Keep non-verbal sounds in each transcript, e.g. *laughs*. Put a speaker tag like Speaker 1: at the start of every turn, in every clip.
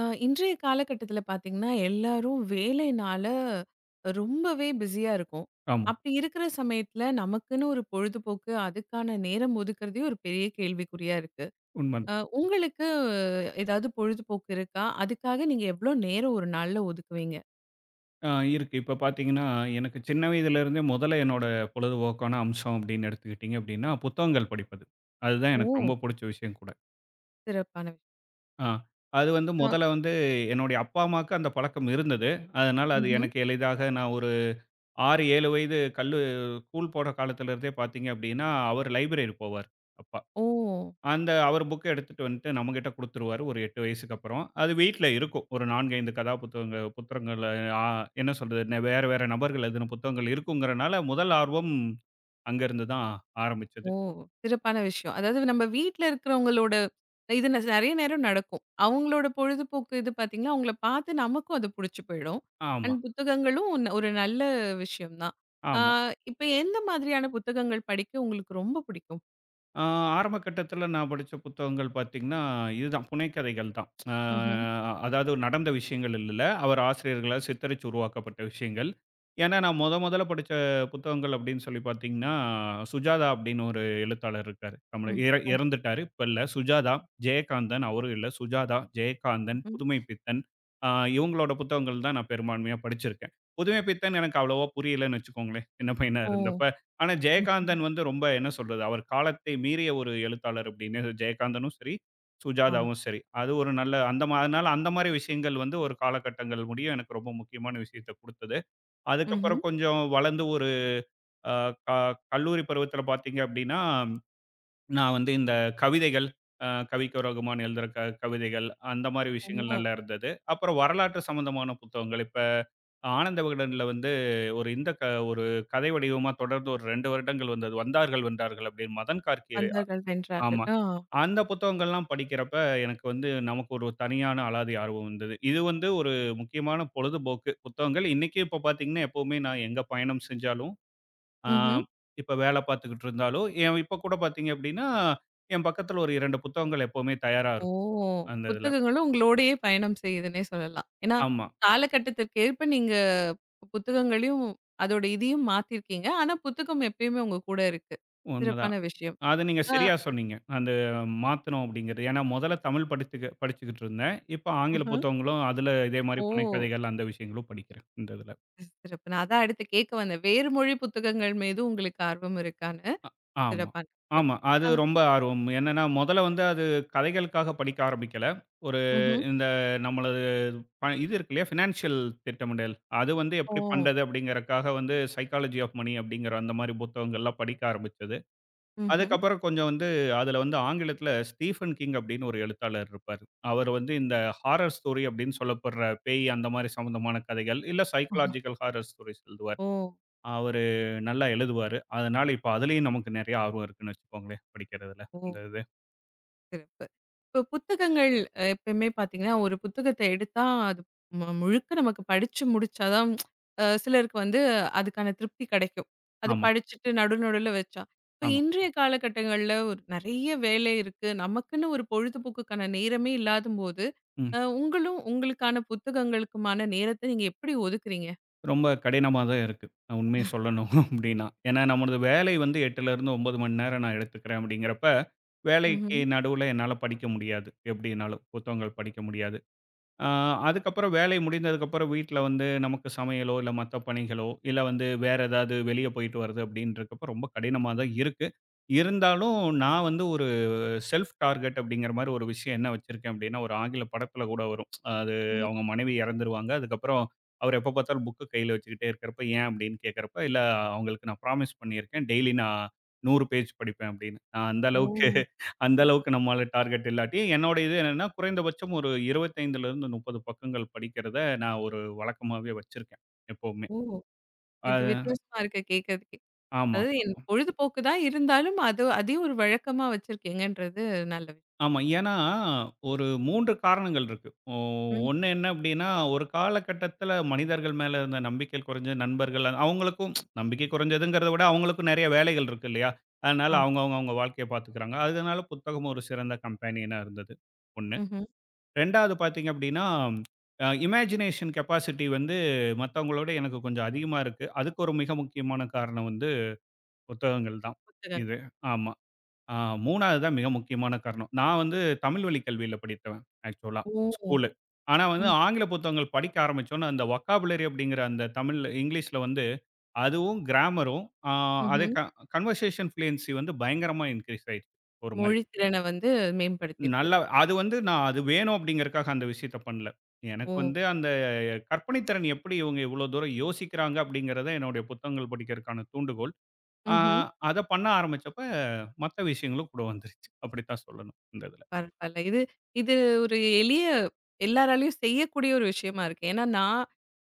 Speaker 1: இன்றைய காலகட்டத்தில பார்த்தீங்கன்னா, எல்லாரும் வேலைனால ரொம்பவே பிஸியா இருக்கோம்.
Speaker 2: ஆமா.
Speaker 1: அப்படி இருக்கிற சமயத்தில நமக்குன்னு ஒரு பொழுதுபோக்கு, அதுக்கான நேரம் ஒதுக்குறதே ஒரு பெரிய கேள்விக்குறியா இருக்கு.
Speaker 2: உண்ம.
Speaker 1: அ உங்களுக்கு ஏதாவது பொழுதுபோக்கு இருக்கா? அதுக்காக நீங்க எவ்வளோ நேரம் ஒரு நாள்ல ஒதுக்குவீங்க?
Speaker 2: ஆ இருக்கு. இப்ப பார்த்தீங்கன்னா, எனக்கு சின்ன வயதிலிருந்தே முதல்ல என்னோட பொழுதுபோக்கான அம்சம் அப்படின்னு எடுத்துக்கிட்டீங்க அப்படின்னா, புத்தகங்கள் படிப்பது. அதுதான்
Speaker 1: ஓ!
Speaker 2: எனக்கு ரொம்ப புடிச்ச விஷயம் கூட.
Speaker 1: சிறப்பான விஷயம்.
Speaker 2: ஆ அது வந்து
Speaker 1: அ
Speaker 2: முதல்ல வந்து என்னுடைய அப்பா, அம்மாவுக்கு அந்த பழக்கம் இருந்தது. அதனால அது
Speaker 1: ம்ஹ்ம்.
Speaker 2: எனக்கு எளிதாக நான் ஒரு 6, 7 வயது ஸ்கூல் போற காலத்திலிருந்தே பார்த்தீங்க அப்படின்னா, அவர் லைப்ரரி போவார், அப்பா.
Speaker 1: ஓ!
Speaker 2: அந்த அவர் புக்க எடுத்துட்டு வந்துட்டு நம்மகிட்ட குடுத்துருவாரு. ஒரு 8 வயசுக்கு அப்புறம். அது வீட்ல இருக்கும். ஒரு 4, 5 புத்தகங்கள்ல ஆ என்ன சொல்றது? வேற வேற நபர்கள் எழுதின புத்தகங்கள் இருக்குங்கிறனால முதல் ஆர்வம் அங்கருந்து தான் ஆரம்பிச்சது.
Speaker 1: ஓ! சிறப்பான விஷயம். அதாவது நம்ம வீட்ல இருக்கிறவங்களோட இது நெறைய நேரம் நடக்கும். அவங்களோட பொழுதுபோக்கு இது பார்த்தீங்கன்னா, அவங்கள பார்த்து நமக்கும் அது புடிச்சு போயிடும்.
Speaker 2: ஆமா,
Speaker 1: அண்ட் புத்தகங்களும் ஒரு நல்ல விஷயம் தான். ஆ
Speaker 2: ஆமா.
Speaker 1: இப்ப எந்த மாதிரியான புத்தகங்கள் படிக்க உங்களுக்கு ரொம்ப பிடிக்கும்?
Speaker 2: ஆ ஆரம்ப கட்டத்துல நான் படிச்ச புத்தகங்கள் பார்த்தீங்கன்னா, இதுதான் புனைகதைகள் தான். ஆ
Speaker 1: ம்ஹ்ம்.
Speaker 2: அதாவது நடந்த விஷயங்கள் இல்ல. அவர் ஆசிரியர்களால் சித்தரிச்சு உருவாக்கப்பட்ட விஷயங்கள். ஏன்னா, நான் மொதல்ல படிச்ச புத்தகங்கள் அப்படின்னு சொல்லி பார்த்தீங்கன்னா, சுஜாதா அப்படின்னு ஒரு எழுத்தாளர் இருக்காரு. தமிழ்
Speaker 1: ம். ஓ!
Speaker 2: இறந்துட்டாரு. இப்ப இல்ல. சுஜாதா, ஜெயகாந்தன் அவரும் இல்ல. சுஜாதா, ஜெயகாந்தன்,
Speaker 1: ம்ஹ்ம்.
Speaker 2: புதுமை பித்தன் ஆ இவங்களோட புத்தகங்கள் தான் நான் பெரும்பான்மையா படிச்சிருக்கேன். புதுமை பித்தன் எனக்கு அவ்வளவா புரியலன்னு வச்சுக்கோங்களேன். சின்ன பையனா
Speaker 1: ஓ!
Speaker 2: இருந்தப்ப. ஆனா, ஜெயகாந்தன் வந்து ரொம்ப என்ன சொல்றது, அவர் காலத்தை மீறிய ஒரு எழுத்தாளர் அப்படின்னு ஜெயகாந்தனும் சரி,
Speaker 1: ஆமா.
Speaker 2: சுஜாதாவும் சரி. அது ஒரு நல்ல அந்த அதனால அந்த மாரி விஷயங்கள் வந்து ஒரு காலகட்டங்கள் முடியும் எனக்கு ரொம்ப முக்கியமான விஷயத்த குடுத்தது.
Speaker 1: ம்ஹ்ம்.
Speaker 2: அதுக்கப்புறம் கொஞ்சம் வளர்ந்து ஒரு அ க கல்லூரி பருவத்தில பார்த்தீங்க அப்படின்னா நான் வந்து இந்த கவிதைகள், கவிக்கு ரகுமான் எழுதுற கவிதைகள் அந்த மாரி விஷயங்கள்
Speaker 1: ஓ!
Speaker 2: நல்லா இருந்தது. அப்புறம் வரலாற்று சம்மந்தமான புத்தகங்கள். இப்ப ஆனந்த விகடன்ல வந்து ஒரு இந்த ஒரு கதை வடிவமா தொடர்ந்து ஒரு 2 வருடங்கள் வந்தது. "வந்தார்கள் வென்றார்கள்" அப்படின்னு மதன் கார்க்கே.
Speaker 1: வந்தார்கள் வென்றார்கள்.
Speaker 2: ஆமா.
Speaker 1: ஆ.
Speaker 2: அந்த புத்தகங்கள்லாம் படிக்கிறப்ப எனக்கு வந்து நமக்கு ஒரு தனியான அலாதி ஆர்வம் இருந்தது. இது வந்து ஒரு முக்கியமான பொழுதுபோக்கு புத்தகங்கள். இன்னைக்கும் இப்ப பார்த்தீங்கன்னா, எப்பவுமே நான் எங்க பயணம் செஞ்சாலும் ஆ
Speaker 1: ம்ஹ்ம்.
Speaker 2: இப்ப வேல பார்த்துக்கிட்டு இருந்தாலும், என் இப்ப கூட பார்த்தீங்க அப்படின்னா, என் பக்கத்துல ஒரு 2 புத்தகங்கள் எப்பவுமே தயாரா
Speaker 1: ஓ!
Speaker 2: இருக்கும், அந்த இதுல.
Speaker 1: புத்தகங்களும் உங்களோடயே பயணம் செய்யுதுன்னே சொல்லலாம். ஏன்னா,
Speaker 2: ஆமா,
Speaker 1: காலகட்டத்திற்கு ஏற்ப நீங்க புத்தகங்களையும், அதோட இதையும் மாத்தியிருக்கீங்க. ஆனா, புத்தகம் எப்பயுமே உங்க கூட இருக்கு.
Speaker 2: உண்மதான்.
Speaker 1: சிறப்பான விஷயம்.
Speaker 2: அது நீங்க
Speaker 1: ஆ
Speaker 2: சரியா சொன்னீங்க. அந்த மாத்தணும் அப்படிங்கிறது. ஏன்னா முதல்ல தமிழ் படிச்சுக்கிட்டு இருந்தேன். இப்ப ஆங்கில
Speaker 1: அஹ.
Speaker 2: புத்தகங்களும், அதுல இதே மாரி
Speaker 1: ஓ!
Speaker 2: புனைக்கதைகள் அந்த விஷயங்களும் படிக்கிறேன், இந்த இதுல.
Speaker 1: சிறப்பு. நான் அதான் அடுத்து கேட்க வந்தேன். வேறு மொழி புத்தகங்கள் மீது உங்களுக்கு ஆர்வம் இருக்கான்னு.
Speaker 2: ஆமா.
Speaker 1: சிறப்பான விஷயம்.
Speaker 2: ஆமா. அது
Speaker 1: ஆ.
Speaker 2: ரொம்ப ஆர்வம். என்னன்னா, மொதல்ல வந்து அது கதைகளுக்காக படிக்க ஆரம்பிக்கல. ஒரு
Speaker 1: ம்ஹ்ம்.
Speaker 2: இந்த நம்மளது இது இருக்கு இல்லையா? ஃபினான்ஷியல் திட்டமிடல். அது வந்து
Speaker 1: ஓ!
Speaker 2: எப்படி பண்றது அப்படிங்கிறக்காக வந்து சைக்காலஜி ஆஃப் மனி அப்படிங்கிற அந்த மாரி புத்தகங்கள்லாம் படிக்க ஆரம்பிச்சது.
Speaker 1: ம்ஹ்ம்.
Speaker 2: அதுக்கப்புறம் கொஞ்சம் வந்து அதுல வந்து ஆங்கிலத்தில ஸ்டீஃபன் கிங் அப்படின்னு ஒரு எழுத்தாளர் இருப்பாரு. அவர் வந்து இந்த ஹாரர் ஸ்டோரி அப்படின்னு சொல்லப்படுற பேய் அந்த மாரி சம்மந்தமான கதைகள், இல்ல சைக்காலஜிக்கல் ஹாரர் ஸ்டோரிஸ் எழுதுவாரு.
Speaker 1: ஓ!
Speaker 2: அவரு நல்லா எழுதுவாரு. அதனால இப்ப அதிலயும் நமக்கு நெறைய ஆர்வம் இருக்குன்னு வச்சுக்கோங்களேன், படிக்கிறதுல இந்த
Speaker 1: ஓ!
Speaker 2: இது.
Speaker 1: சிறப்பு. இப்போ புத்தகங்கள் எப்பயுமே பார்த்தீங்கன்னா, ஒரு புத்தகத்த எடுத்தா, அது முழுக்க நமக்கு படிச்சு முடிச்சா தான் சிலருக்கு வந்து அதுக்கான திருப்தி கெடைக்கும். அது
Speaker 2: ஆமா,
Speaker 1: படிச்சுட்டு நடு நடுவுல வச்சா. இப்போ
Speaker 2: ஆமா.
Speaker 1: இன்றைய காலகட்டங்கள்ல ஒரு நெறைய வேலை இருக்கு. நமக்குன்னு ஒரு பொழுதுபோக்குக்கான நேரமே இல்லாதம்போது,
Speaker 2: ம்.
Speaker 1: உங்களும் உங்களுக்கான புத்தகங்களுக்குமான நேரத்த நீங்க எப்படி ஒதுக்குறீங்க?
Speaker 2: ரொம்ப கடினமா தான் இருக்கு. உண்மைய சொல்லணும் *laughs* அப்டின்னா. ஏன்னா நம்மளது வேலை வந்து 8லருந்து 9 மணி நேரம் நான் எடுத்துக்கிறேன் அப்டிங்கிறப்ப, வேலைக்கு
Speaker 1: ம்ஹ்ம்.
Speaker 2: நடுவுல என்னால படிக்க முடியாது. எப்டினாலும் புத்தகங்கள் படிக்க முடியாது. ஆ அதுக்கப்புறம் வேலை முடிந்ததுக்கப்புறம் வீட்ல வந்து நமக்கு சமையலோ, இல்ல மத்த பணிகளோ, இல்ல வந்து வேற ஏதாவது வெளிய போயிட்டு வர்றது அப்டின்றக்கப்ப ரொம்ப கடினமா தான் இருக்கு. இருந்தாலும் நான் வந்து ஒரு செல்ஃப் டார்கெட் அப்படிங்கிற மாதிரி ஒரு விஷயம் என்ன வச்சிருக்கேன் அப்படின்னா, ஒரு ஆங்கில படத்துல கூட வரும். அது
Speaker 1: ம்ஹ்ம்.
Speaker 2: அவங்க மனைவி இறந்துருவாங்க. அதுக்கப்புறம் அவர் எப்ப பார்த்தாலும் புக்க கையில வச்சுக்கிட்டே இருக்கிறப்ப, ஏன் அப்படின்னு கேட்கிறப்ப, இல்ல அவங்களுக்கு நான் ப்ராமிஸ் பண்ணியிருக்கேன். டெய்லி நான் 100 பேஜ் படிப்பேன் அப்படின்னு. நான்
Speaker 1: ஓ!
Speaker 2: அந்த அளவுக்கு நம்மால டார்கெட் இல்லாட்டி, என்னோட இது என்னன்னா குறைந்தபட்சம் ஒரு 25லிருந்து 30 பக்கங்கள் படிக்கிறத நான் ஒரு வழக்கமாவே வச்சிருக்கேன் எப்பவுமே.
Speaker 1: ஓ! இது
Speaker 2: அது
Speaker 1: வித்தியாசமா இருக்கு கேட்கறதுக்கே.
Speaker 2: ஆமா.
Speaker 1: அதாவது என் பொழுதுபோக்கு தான் இருந்தாலும், அது அதையும் ஒரு வழக்கமா வச்சிருக்கீங்கன்றது நல்ல விஷயம்.
Speaker 2: ஆமா. ஏன்னா, ஒரு 3 காரணங்கள் இருக்கு.
Speaker 1: ம்.
Speaker 2: ஒண்ணு என்ன அப்டின்னா, ஒரு காலகட்டத்தில மனிதர்கள் மேல இருந்த நம்பிக்கை குறைஞ்சு, நண்பர்கள் அவங்களுக்கும் நம்பிக்கை குறைஞ்சதுங்கிறத விட, அவங்களுக்கும் நெறைய வேலைகள் இருக்கு இல்லையா? அதனால
Speaker 1: ஆமா.
Speaker 2: அவங்க அவங்க அவங்க வாழ்க்கைய பார்த்துக்கிறாங்க. அதனால புத்தகம் ஒரு சிறந்த கம்பேனியனா இருந்தது. 1.
Speaker 1: ம்ஹ்ம்.
Speaker 2: 2வது பார்த்தீங்க அப்டின்னா, இமேஜினேஷன் கெப்பாசிட்டி வந்து மத்தவங்களோட எனக்கு கொஞ்சம் அதிகமா இருக்கு. அதுக்கு ஒரு மிக முக்கியமான காரணம் வந்து புத்தகங்கள் தான்.
Speaker 1: புத்தகங்கள்.
Speaker 2: இது. ஆமா. ஆ 3வது தான் மிக முக்கியமான காரணம். நான் வந்து தமிழ் வழி கல்வியில படித்தவன் ஆக்சுவலா
Speaker 1: ஓ!
Speaker 2: ஸ்கூலு. ஆனா வந்து
Speaker 1: ம்,
Speaker 2: ஆங்கில புத்தகங்கள் படிக்க ஆரம்பிச்சோனே அந்த வொக்காபுலரி அப்படிங்கிற அந்த தமிழ் இங்கிலீஷ்ல வந்து அதுவும் கிராமரும் ஆ அதே
Speaker 1: ம்ஹ்ம்.
Speaker 2: க கன்வர்சேஷன் ஃப்ளூயன்சி வந்து பயங்கரமா இன்கிரீஸ் ஆயிடுச்சு ஒரு மாரி.
Speaker 1: மொழி திறன வந்து மேம்படுத்தியிருக்கு.
Speaker 2: நல்லா அது வந்து நான் அது வேணும் அப்படிங்கிறக்காக அந்த விஷயத்த பண்ணல. எனக்கு
Speaker 1: ஓ!
Speaker 2: வந்து அந்த கற்பனை திறன் எப்படி இவங்க இவ்வளோ தூரம் யோசிக்கிறாங்க அப்படிங்கிறத என்னுடைய புத்தகங்கள் படிக்கிறதுக்கான தூண்டுகோல். ஆ
Speaker 1: ம்ஹ்ம்.
Speaker 2: அத பண்ண ஆரம்பிச்சப்ப மத்த விஷயங்களும் கூட வந்துருச்சு. அப்படித்தான் சொல்லணும் இந்த இதுல.
Speaker 1: பரவால்ல. இது இது ஒரு எளிய எல்லாராலயும் செய்யக்கூடிய ஒரு விஷயமா இருக்கு. ஏன்னா, நான்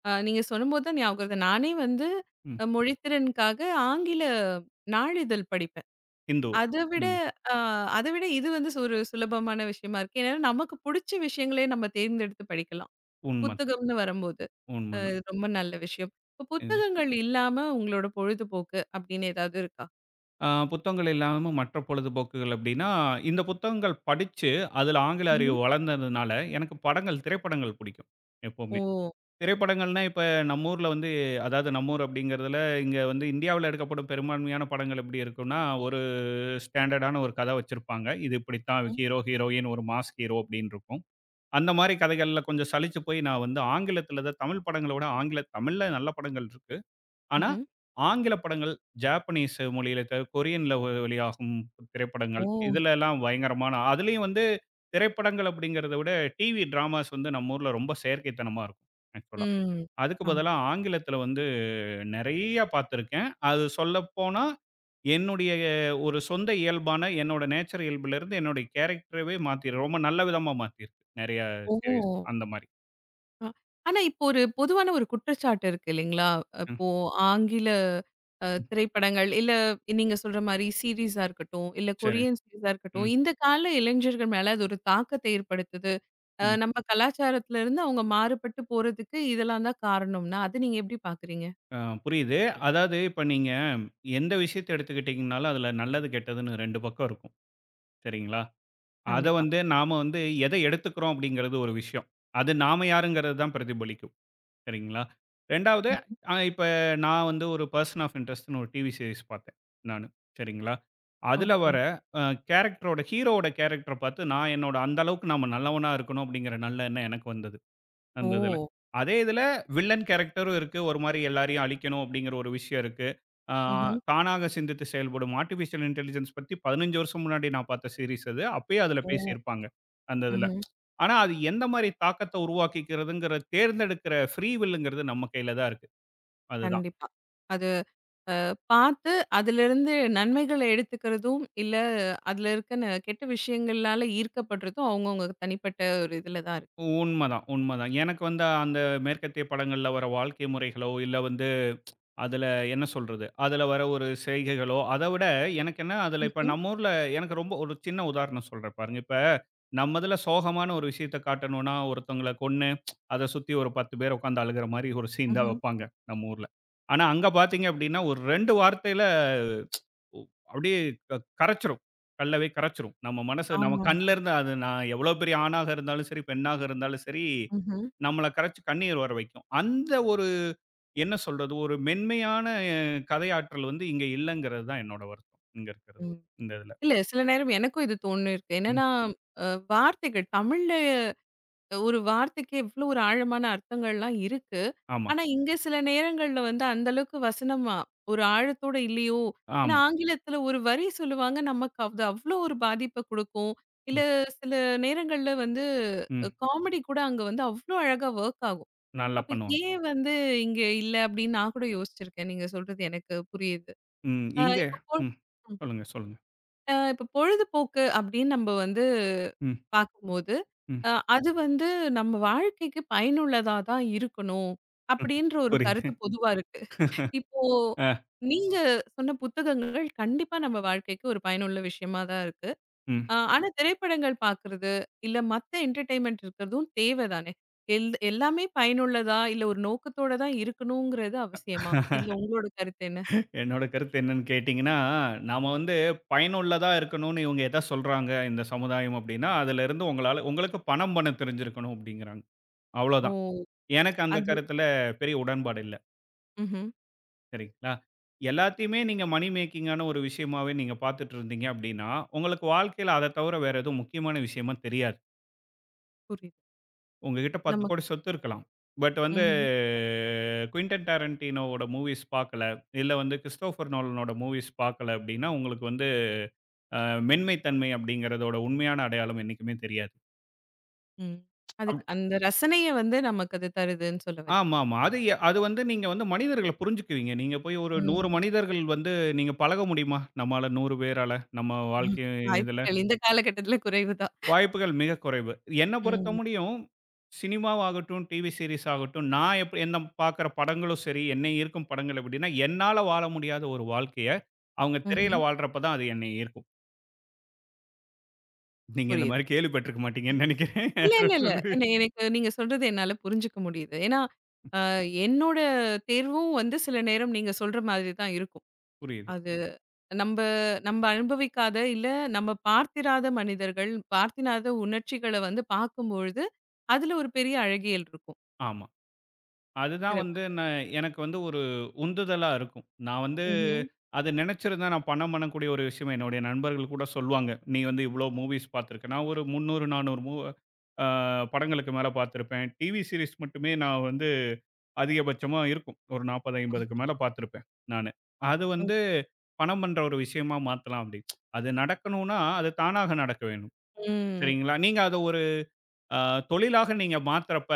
Speaker 1: நீங்க சொல்லும்போது தான் ஞாபகம் வருது. நானே வந்து
Speaker 2: ம்.
Speaker 1: மொழித்திறனுக்காக ஆங்கில நாளிதழ் படிப்பேன்.
Speaker 2: ஹிந்து.
Speaker 1: அத விட
Speaker 2: ம்.
Speaker 1: அ அத விட இது வந்து ஒரு சுலபமான விஷயமா இருக்கு. ஏன்னா, நமக்கு புடிச்ச விஷயங்களே நம்ம தேர்ந்தெடுத்து படிக்கலாம்.
Speaker 2: உண்மதான்,
Speaker 1: புத்தகம்னு வரும்போது. அ
Speaker 2: உண்மதான்.
Speaker 1: ரொம்ப நல்ல விஷயம். இப்ப
Speaker 2: ம்.
Speaker 1: புத்தகங்கள் இல்லாம உங்களோட பொழுதுபோக்கு அப்படின்னு ஏதாவது இருக்கா?
Speaker 2: புத்தகங்கள் இல்லாம மற்ற பொழுதுபோக்குகள் அப்படின்னா, இந்த புத்தகங்கள் படிச்சு அதுல ஆங்கில அறிவு
Speaker 1: ம்ஹ்ம்.
Speaker 2: வளர்ந்ததுனால எனக்கு படங்கள், திரைப்படங்கள் பிடிக்கும் எப்பவுமே.
Speaker 1: ஓ!
Speaker 2: திரைப்படங்கள்னா இப்ப நம்ம ஊர்ல வந்து அதாவது நம்ம ஊர் அப்படிங்கிறதுல இங்க வந்து இந்தியாவுல எடுக்கப்படும் பெரும்பான்மையான படங்கள் எப்படி இருக்கும்னா, ஒரு ஸ்டாண்டர்டான ஒரு கதை வச்சிருப்பாங்க. இது இப்படித்தான்
Speaker 1: ம்.
Speaker 2: ஹீரோ, ஹீரோயின், ஒரு மாஸ் ஹீரோ அப்படின்னு இருக்கும். அந்த மாரி கதைகள்ல கொஞ்சம் சலிச்சு போய் நான் வந்து ஆங்கிலத்தில தான் தமிழ் படங்கள விட ஆங்கில தமிழ்ல நல்ல படங்கள் இருக்கு. ஆனா,
Speaker 1: ம்ஹ்ம்.
Speaker 2: ஆங்கில படங்கள், ஜாப்பனீஸ் மொழியில கொரியன்ல வெளியாகும்
Speaker 1: ஓ!
Speaker 2: திரைப்படங்கள், இதுலலாம் பயங்கரமான அதுலயும் வந்து திரைப்படங்கள் அப்படிங்கிறத விட டிவி டிராமாஸ் வந்து நம்ம ஊர்ல ரொம்ப செயற்கைத்தனமா இருக்கும் ஆக்சுவலா.
Speaker 1: ம்.
Speaker 2: அதுக்கு
Speaker 1: ஆமா.
Speaker 2: பதிலா ஆங்கிலத்தில வந்து நிறைய பார்த்துருக்கேன். அது சொல்லப்போனா, என்னுடைய ஒரு சொந்த இயல்பான என்னோட நேச்சர் இயல்புலருந்து என்னுடைய கேரக்டரவே ரொம்ப நல்ல விதமா மாத்திருக்கு. நிறைய
Speaker 1: ஓ!
Speaker 2: சீரிஸ் அந்த மாரி.
Speaker 1: அ ஆனா இப்போ ஒரு பொதுவான ஒரு குற்றச்சாட்டு இருக்கு இல்லைங்களா?
Speaker 2: ம்,
Speaker 1: இப்போ ஆங்கில
Speaker 2: ம்.
Speaker 1: திரைப்படங்கள் இல்ல நீங்க சொல்ற மாரி சீரிஸா இருக்கட்டும், இல்ல
Speaker 2: சரி.
Speaker 1: கொரியன் சீரிஸா இருக்கட்டும்,
Speaker 2: ம்,
Speaker 1: இந்த கால இளைஞர்கள் மேல அது ஒரு தாக்கத்தை ஏற்படுத்துது.
Speaker 2: ம்.
Speaker 1: நம்ம கலாச்சாரத்துல இருந்து அவங்க மாறுபட்டு போறதுக்கு இதெல்லாம் தான் காரணம்னா, அத நீங்க எப்படி பார்க்குறீங்க?
Speaker 2: ஆ புரியுது. அதாவது இப்ப நீங்க எந்த விஷயத்த எடுத்துக்கிட்டீங்கனாலும், அதுல நல்லது, கெட்டதுன்னு 2 பக்கம் இருக்கும். சரிங்களா? அத
Speaker 1: கண்டிப்பா.
Speaker 2: வந்து நாம வந்து எத எடுத்துக்கிறோம் அப்படிங்கிறது ஒரு விஷயம். அது நாம யாருங்கிறது தான் பிரதிபலிக்கும். சரிங்களா? 2வது இப்ப நான் வந்து ஒரு பர்சன் ஆஃப் இன்ட்ரெஸ்ட்ன்னு ஒரு டிவி சீரிஸ் பார்த்தேன் நானு. சரிங்களா? அதுல
Speaker 1: ஓகே.
Speaker 2: வர அ ஹீரோவோட கேரக்டர பார்த்து நான் என்னோட அந்த அளவுக்கு நாம நல்லவனா இருக்கணும் அப்படிங்கிற நல்ல எண்ணம் எனக்கு வந்தது. அந்த இதுல.
Speaker 1: ஓ!
Speaker 2: அதே இதுல வில்லன் கேரக்டரும் இருக்கு. ஒரு மாரி எல்லாரையும் அழிக்கணும் அப்படிங்கிற ஒரு விஷயம் இருக்கு. ஆ
Speaker 1: ம்ஹ்ம்.
Speaker 2: தானாக சிந்தித்து செயல்படும் ஆர்டிபிஷியல் இன்டெலிஜென்ஸ் பத்தி 15 வருஷம் முன்னாடி நான் பார்த்த சீரிஸ் அது. அப்பயே அதுல
Speaker 1: ஓ!
Speaker 2: பேசியிருப்பாங்க. அந்த இதுல.
Speaker 1: ம்ஹ்ம்.
Speaker 2: ஆனா, அது எந்த மாரி தாக்கத்த உருவாக்கிக்கிறதுங்கிற தேர்ந்தெடுக்கிற ஃப்ரீ வில்லுங்கிறது நம்ம கையில தான் இருக்கு. அதுதான்.
Speaker 1: கண்டிப்பா. அது பார்த்து அதிலிருந்து நன்மைகள எடுத்துக்கிறதும், இல்ல அதில இருக்க கெட்ட விஷயங்கள்னால ஈர்க்கப்படுறதும் அவங்கவங்க தனிப்பட்ட ஒரு இதில தான் இருக்கு.
Speaker 2: உண்மதான். எனக்கு வந்து அந்த மேற்கத்திய படங்கள்ல வர வாழ்க்கை முறைகளோ, இல்ல வந்து அதுல என்ன சொல்றது? அதுல வர ஒரு செய்கைகளோ, அத விட எனக்கு என்ன அதுல இப்ப
Speaker 1: ம்ஹ்ம்.
Speaker 2: நம்ம ஊர்ல எனக்கு ரொம்ப ஒரு சின்ன உதாரணம் சொல்றேன் பாருங்க. இப்ப நம்ம இதுல சோகமான ஒரு விஷயத்த காட்டணும்னா, ஒருத்தவங்கள கொன்னு அத சுத்தி ஒரு 10 பேர் உட்காந்து அழுகுற மாரி ஒரு சீன் தான்
Speaker 1: ம்ஹ்ம்.
Speaker 2: வைப்பாங்க, நம்ம ஊர்ல. ஆனா, அங்க பார்த்தீங்க அப்டின்னா, ஒரு 2 வார்த்தையில அப்படியே க கரைச்சுரும். கல்லவே கரைச்சுரும். நம்ம மனசு நம்ம
Speaker 1: ஆமா.
Speaker 2: கண்லருந்து அது நான் எவ்வளோ பெரிய ஆணாக இருந்தாலும் சரி, பெண்ணாக இருந்தாலும் சரி,
Speaker 1: ம்ஹ்ம்.
Speaker 2: நம்மள கரைச்சு கண்ணீர் வர வைக்கும். அந்த ஒரு என்ன சொல்றது? ஒரு மென்மையான கதையாற்றல் வந்து இங்க இல்லங்கிறது தான் என்னோட வருத்தம். இங்க இருக்கிறதுல.
Speaker 1: ம்.
Speaker 2: இந்த இதுல.
Speaker 1: இல்ல சில நேரம் எனக்கும் இது தோணியிருக்கு.
Speaker 2: ம்.
Speaker 1: என்னன்னா, அ வார்த்தைகள் தமிழ்ல ஒரு வார்த்தைக்கு எவ்ளோ ஒரு ஆழமான அர்த்தங்கள்லாம் இருக்கு.
Speaker 2: ஆமா,
Speaker 1: ஆனா, இங்க சில நேரங்கள்ல வந்து அந்த அளவுக்கு வசனமா ஒரு ஆழத்தோட இல்லையோ! ஏன்னா,
Speaker 2: ஆமா.
Speaker 1: ஆங்கிலத்தில ஒரு வரி சொல்லுவாங்க. நமக்கு அது அவ்ளோ ஒரு பாதிப்ப குடுக்கும். இல்ல
Speaker 2: ம்,
Speaker 1: சில நேரங்கள்ல வந்து
Speaker 2: ம்.
Speaker 1: காமெடி கூட அங்க வந்து அவ்ளோ அழகா வொர்க் ஆகும்.
Speaker 2: நல்லா
Speaker 1: அப்ப
Speaker 2: பண்ணுவாங்க.
Speaker 1: ஏன் வந்து இங்க இல்ல அப்டின்னு நான் கூட யோசிச்சிருக்கேன். நீங்க சொல்றது எனக்கு புரியுது.
Speaker 2: ம். இங்க
Speaker 1: இப்போ
Speaker 2: ம். சொல்லுங்க, சொல்லுங்க.
Speaker 1: இப்ப பொழுதுபோக்கு அப்படின்னு நம்ம வந்து
Speaker 2: ம்,
Speaker 1: பார்க்கும்போது,
Speaker 2: ம்.
Speaker 1: அது வந்து நம்ம வாழ்க்கைக்கு பயனுள்ளதா தான் இருக்கணும்,
Speaker 2: ம்,
Speaker 1: அப்படின்ற ஒரு
Speaker 2: புரியுது.
Speaker 1: கருத்து பொதுவா இருக்கு. இப்போ
Speaker 2: அ.
Speaker 1: நீங்க சொன்ன புத்தகங்கள் கண்டிப்பா நம்ம வாழ்க்கைக்கு ஒரு பயனுள்ள விஷயமா தான் இருக்கு.
Speaker 2: ம்.
Speaker 1: ஆனா திரைப்படங்கள் பார்க்கறது, இல்ல மத்த என்டர்டெயின்மென்ட் இருக்கிறதும் தேவை தானே? எல்லாமே பயனுள்ளதா, இல்ல ஒரு நோக்கத்தோட தான் இருக்கணுங்கிறது அவசியமா? இதுல உங்களோட கருத்து என்ன?
Speaker 2: என்னோட கருத்து என்னன்னு கேட்டீங்கன்னா, நாம வந்து பயனுள்ளதா இருக்கணும்னு இவங்க எத சொல்றாங்க இந்த சமுதாயம் அப்டின்னா, அதிலிருந்து உங்களால உங்களுக்கு பணம் பண்ண தெரிஞ்சிருக்கணும் அப்டிங்கிறாங்க.
Speaker 1: ஓ!
Speaker 2: அவ்வளோதான். எனக்கு அந்த
Speaker 1: அது
Speaker 2: கருத்துல பெரிய உடன்பாடு இல்ல.
Speaker 1: ம்ஹ்ம்.
Speaker 2: சரிங்களா? எல்லாத்தையுமே நீங்க மணி மேக்கிங்கான ஒரு விஷயமாவே நீங்க பார்த்துட்டு இருந்தீங்க அப்டின்னா, உங்களுக்கு வாழ்க்கையில அத தவிர வேற எதுவும் முக்கியமான விஷயமா தெரியாது.
Speaker 1: புரியுது.
Speaker 2: உங்ககிட்ட 10
Speaker 1: நம்ம
Speaker 2: கோடி சொத்து இருக்கலாம். பட் வந்து
Speaker 1: ம்ஹ்ம்.
Speaker 2: குயின்டன் டாரன்டினோவோட மூவிஸ் பார்க்கல, இல்ல வந்து கிறிஸ்டோபர் நோலனோட மூவிஸ் பார்க்கல அப்டின்னா உங்களுக்கு வந்து அ மென்மை தன்மை அப்படிங்கிறதோட உண்மையான அடையாளம் என்னைக்குமே தெரியாது.
Speaker 1: ம். அதுக்கு
Speaker 2: அப்டி
Speaker 1: அந்த ரசனைய வந்து நமக்கு அது தருதுன்னு சொல்ல வரீங்க.
Speaker 2: ஆமாமா. அது அது வந்து நீங்க வந்து மனிதர்கள புரிஞ்சுக்குவீங்க. நீங்க போய் ஒரு 100
Speaker 1: ம்.
Speaker 2: மனிதர்கள் வந்து நீங்க பழக முடியுமா? நம்மால 100 பேரால, நம்ம வாழ்க்கை இதுல.
Speaker 1: வாய்ப்புகள் இந்த காலகட்டத்தில குறைவு தான்.
Speaker 2: வாய்ப்புகள் மிக குறைவு. என்ன பொறுத்த
Speaker 1: ம்.
Speaker 2: முடியும், சினிமாவாகட்டும், டிவி சீரிஸ் ஆகட்டும், நான் என்ன பார்க்குற படங்களும் சரி, என்னை ஈர்க்கும் படங்கள் எப்படின்னா, என்னால வாழ முடியாத ஒரு வாழ்க்கைய, அவங்க திரையில
Speaker 1: ம்ஹ்ம்.
Speaker 2: வாழ்றப்ப தான் அது என்னை ஈர்க்கும். நீங்க இந்த
Speaker 1: புரியுது.
Speaker 2: மாரி கேள்விப்பட்டுருக்க மாட்டீங்கன்னு நெனைக்கிறேன்.
Speaker 1: இல்ல,
Speaker 2: அத
Speaker 1: இல்ல, இல்ல.
Speaker 2: சொல்லு *laughs*
Speaker 1: என்ன எனக்கு நீங்க சொல்றது என்னால புரிஞ்சுக்க முடியுது. ஏன்னா, அ என்னோட தேர்வும் வந்து சில நேரம் நீங்க சொல்ற மாதிரி தான் இருக்கும்.
Speaker 2: புரியுது.
Speaker 1: அது நம்ப நம்ப அனுபவிக்காத, இல்ல நம்ம பார்த்திராத மனிதர்கள், பார்த்திராத உணர்ச்சிகள வந்து பார்க்கும்பொழுது, அதுல ஒரு பெரிய அழகியல் இருக்கும்.
Speaker 2: ஆமா. அதுதான்
Speaker 1: சிறப்பு.
Speaker 2: வந்து நான் எனக்கு வந்து ஒரு உந்துதலா இருக்கும். நான் வந்து
Speaker 1: ம்ஹ்ம்.
Speaker 2: அத நினைச்சிருந்தா நான் பணம் பண்ணக்கூடிய ஒரு விஷயம் என்னுடைய நண்பர்கள் கூட சொல்லுவாங்க. "நீ வந்து இவ்வளோ மூவிஸ் பார்த்துருக்க." நான் ஒரு 300, 400 மூ அ படங்களுக்கு மேல பார்த்துருப்பேன். டிவி சீரிஸ் மட்டுமே நான் வந்து அதிகபட்சமா இருக்கும். ஒரு 40, 50க்கு மேல பார்த்துருப்பேன் நானு. அது
Speaker 1: ஓ.
Speaker 2: வந்து பணம் பண்ற ஒரு விஷயமா மாத்தலாம் அப்படி. அது நடக்கணும்னா, அது தானாக நடக்க வேணும்.
Speaker 1: ம்.
Speaker 2: சரிங்களா? நீங்க அத ஆ, தொழிலாக நீங்க மாத்துறப்ப,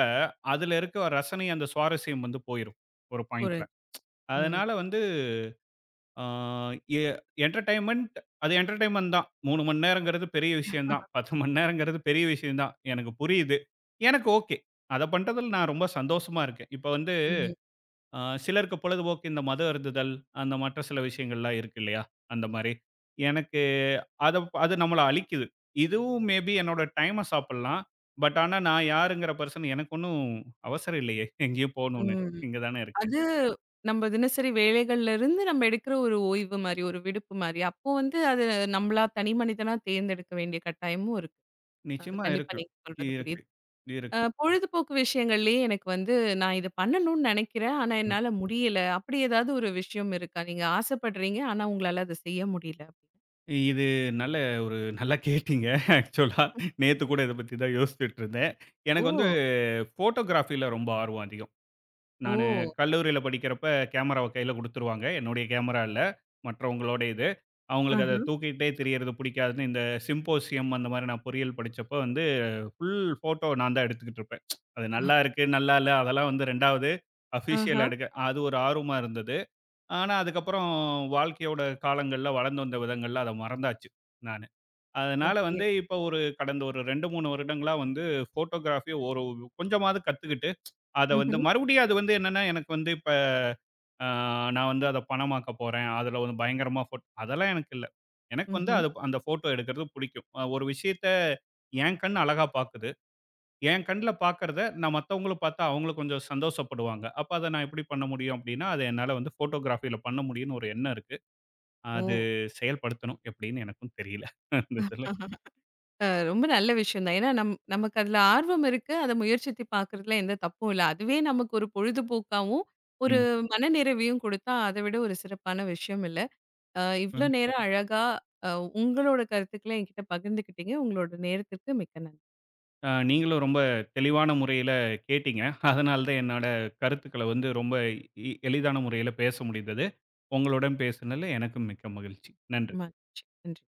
Speaker 2: அதுல இருக்க ரசனை, அந்த சுவாரஸ்யம் வந்து போயிரும். ஒரு பாயிண்ட்ல.
Speaker 1: புரியுது. ம்.
Speaker 2: அதனால வந்து ஆ எ என்டர்டெயின்மென்ட் அது என்டர்டெயின்மென்ட் தான். 3 மணி நேரங்கிறது பெரிய விஷயம் தான். 10 மணி நேரங்கிறது பெரிய விஷயம் தான். எனக்கு புரியுது. எனக்கு ஓகே. அத பண்றதுல நான் ரொம்ப சந்தோஷமா இருக்கேன். இப்ப வந்து
Speaker 1: ம்.
Speaker 2: ஆ, சிலருக்கு பொழுதுபோக்கு இந்த மது அருந்துதல், அந்த மற்ற சில விஷயங்கள்லாம் இருக்கு இல்லையா? அந்த மாரி. எனக்கு அத அது நம்மள அழிக்குது. இதுவும் மேபி என்னோட டைம சாப்பிடலாம். பட் ஆனா, நான் யாருங்கிற பெர்சன் எனக்கு ஒண்ணும் அவசரம் இல்லையே! எங்கேயும் போணும்னு.
Speaker 1: ம்.
Speaker 2: இங்க தானே இருக்கேன்.
Speaker 1: அது நம்ம தினசரி வேலைகள்ல இருந்து நம்ம எடுக்கிற ஒரு ஓய்வு மாரி, ஒரு விடுப்பு மாரி. அப்போ வந்து அது நம்மளா தனி மனிதனா தேர்ந்தெடுக்க வேண்டிய கட்டாயமும் இருக்கு.
Speaker 2: நிச்சயமா
Speaker 1: கண்டிப்பா
Speaker 2: இருக்கு.
Speaker 1: நீங்க சொல்றது
Speaker 2: இருக்கு,
Speaker 1: புரியுது.
Speaker 2: இருக்கு.
Speaker 1: பொழுதுபோக்கு விஷயங்கள்லயே எனக்கு வந்து நான் இத பண்ணணும்னு நெனைக்கிறேன். ஆனா
Speaker 2: ம்.
Speaker 1: என்னால முடியல. அப்படி ஏதாவது ஒரு விஷயம் இருக்கா? நீங்க ஆசைப்படுறீங்க. ஆனா உங்களால அத செய்ய முடியல அப்படின்னு.
Speaker 2: இது நல்ல ஒரு நல்லா கேட்டீங்க ஆக்சுவலா. நேத்து கூட இத பத்தி தான் யோசிச்சுட்டு இருந்தேன். எனக்கு வந்து
Speaker 1: ஓ!
Speaker 2: ஃபோட்டோகிராஃபில ரொம்ப ஆர்வம் அதிகம். நானு
Speaker 1: ஓ!
Speaker 2: கல்லூரியில படிக்கிறப்ப கேமராவ கையில குடுத்துருவாங்க. என்னுடைய கேமரா இல்ல. மற்றவங்களோட இது. அவங்களுக்கு
Speaker 1: ஆஹ.
Speaker 2: அத தூக்கிட்டே திரியறது பிடிக்காதுன்னு இந்த சிம்போசியம் அந்த மாரி நான் பொறியியல் படிச்சப்ப வந்து ஃபுல் ஃபோட்டோ நான் தான் எடுத்துக்கிட்டு இருப்பேன். அது நல்லா இருக்கு, நல்லா இல்ல அதெல்லாம் வந்து 2வது
Speaker 1: ஆஹ.
Speaker 2: அஃபிஷியலா எடுக்க அது ஒரு ஆர்வமா இருந்தது. ஆனா அதுக்கப்புறம் வாழ்க்கையோட காலங்கள்ல வளர்ந்து வந்த விதங்கள்ல அத மறந்தாச்சு நானு. அதனால
Speaker 1: ஓகே.
Speaker 2: வந்து இப்ப ஒரு கடந்த ஒரு 2, 3 வருடங்களா வந்து ஃபோட்டோகிராஃபிய ஒரு கொஞ்சமாவது கத்துக்கிட்டேன். அத வந்து
Speaker 1: ம்ஹ்ம்.
Speaker 2: மறுபடியும் அது வந்து என்னன்னா, எனக்கு வந்து இப்ப அ நான் வந்து அத பணமாக்க போறேன். அதுல வந்து பயங்கரமா அதெல்லாம் எனக்கு இல்ல. எனக்கு வந்து
Speaker 1: ம்ஹ்ம்.
Speaker 2: அது அந்த ஃபோட்டோ எடுக்கிறது புடிக்கும். ஒரு விஷயத்த என் கண் அழகா பாக்குது. என் கண்ல பாக்கறத நான் மத்தவங்களும் பாத்தா அவங்களும் கொஞ்சம் சந்தோஷப்படுவாங்க. அப்ப அத நான் எப்படி பண்ண முடியும் அப்படின்னா, அத என்னால வந்து ஃபோட்டோகிராஃபியில பண்ண முடியும்னு ஒரு எண்ணம் இருக்கு.
Speaker 1: ஓ!
Speaker 2: அது செயல்படுத்தணும் எப்படின்னு எனக்கும் தெரியல. *laughs* அந்த இதுல.
Speaker 1: ரொம்ப நல்ல விஷயம் தான். ஏன்னா நமக்கு அதுல ஆர்வம் இருக்கு. அத முயற்சித்து பார்க்கறதுல எந்த தப்பும் இல்ல. அதுவே நமக்கு ஒரு பொழுதுபோக்காவும், ஒரு
Speaker 2: ம்.
Speaker 1: மனநிறைவையும் குடுத்தா, அத விட ஒரு சிறப்பான விஷயம் இல்ல. இவ்ளோ நேரம் அழகா அ உங்களோட கருத்துக்கள என்கிட்ட பகிர்ந்துக்கிட்டீங்க. உங்களோட நேரத்திற்கு மிக்க நன்றி.
Speaker 2: நீங்களும் ரொம்ப தெளிவான முறையில கேட்டீங்க. அதனால தான் என்னோட கருத்துக்கள வந்து ரொம்ப எளிதான முறையில பேச முடிந்தது. உங்களுடன் பேசினதில எனக்கும் மிக்க மகிழ்ச்சி. நன்றி.
Speaker 1: ரொம்ப மகிழ்ச்சி. நன்றி.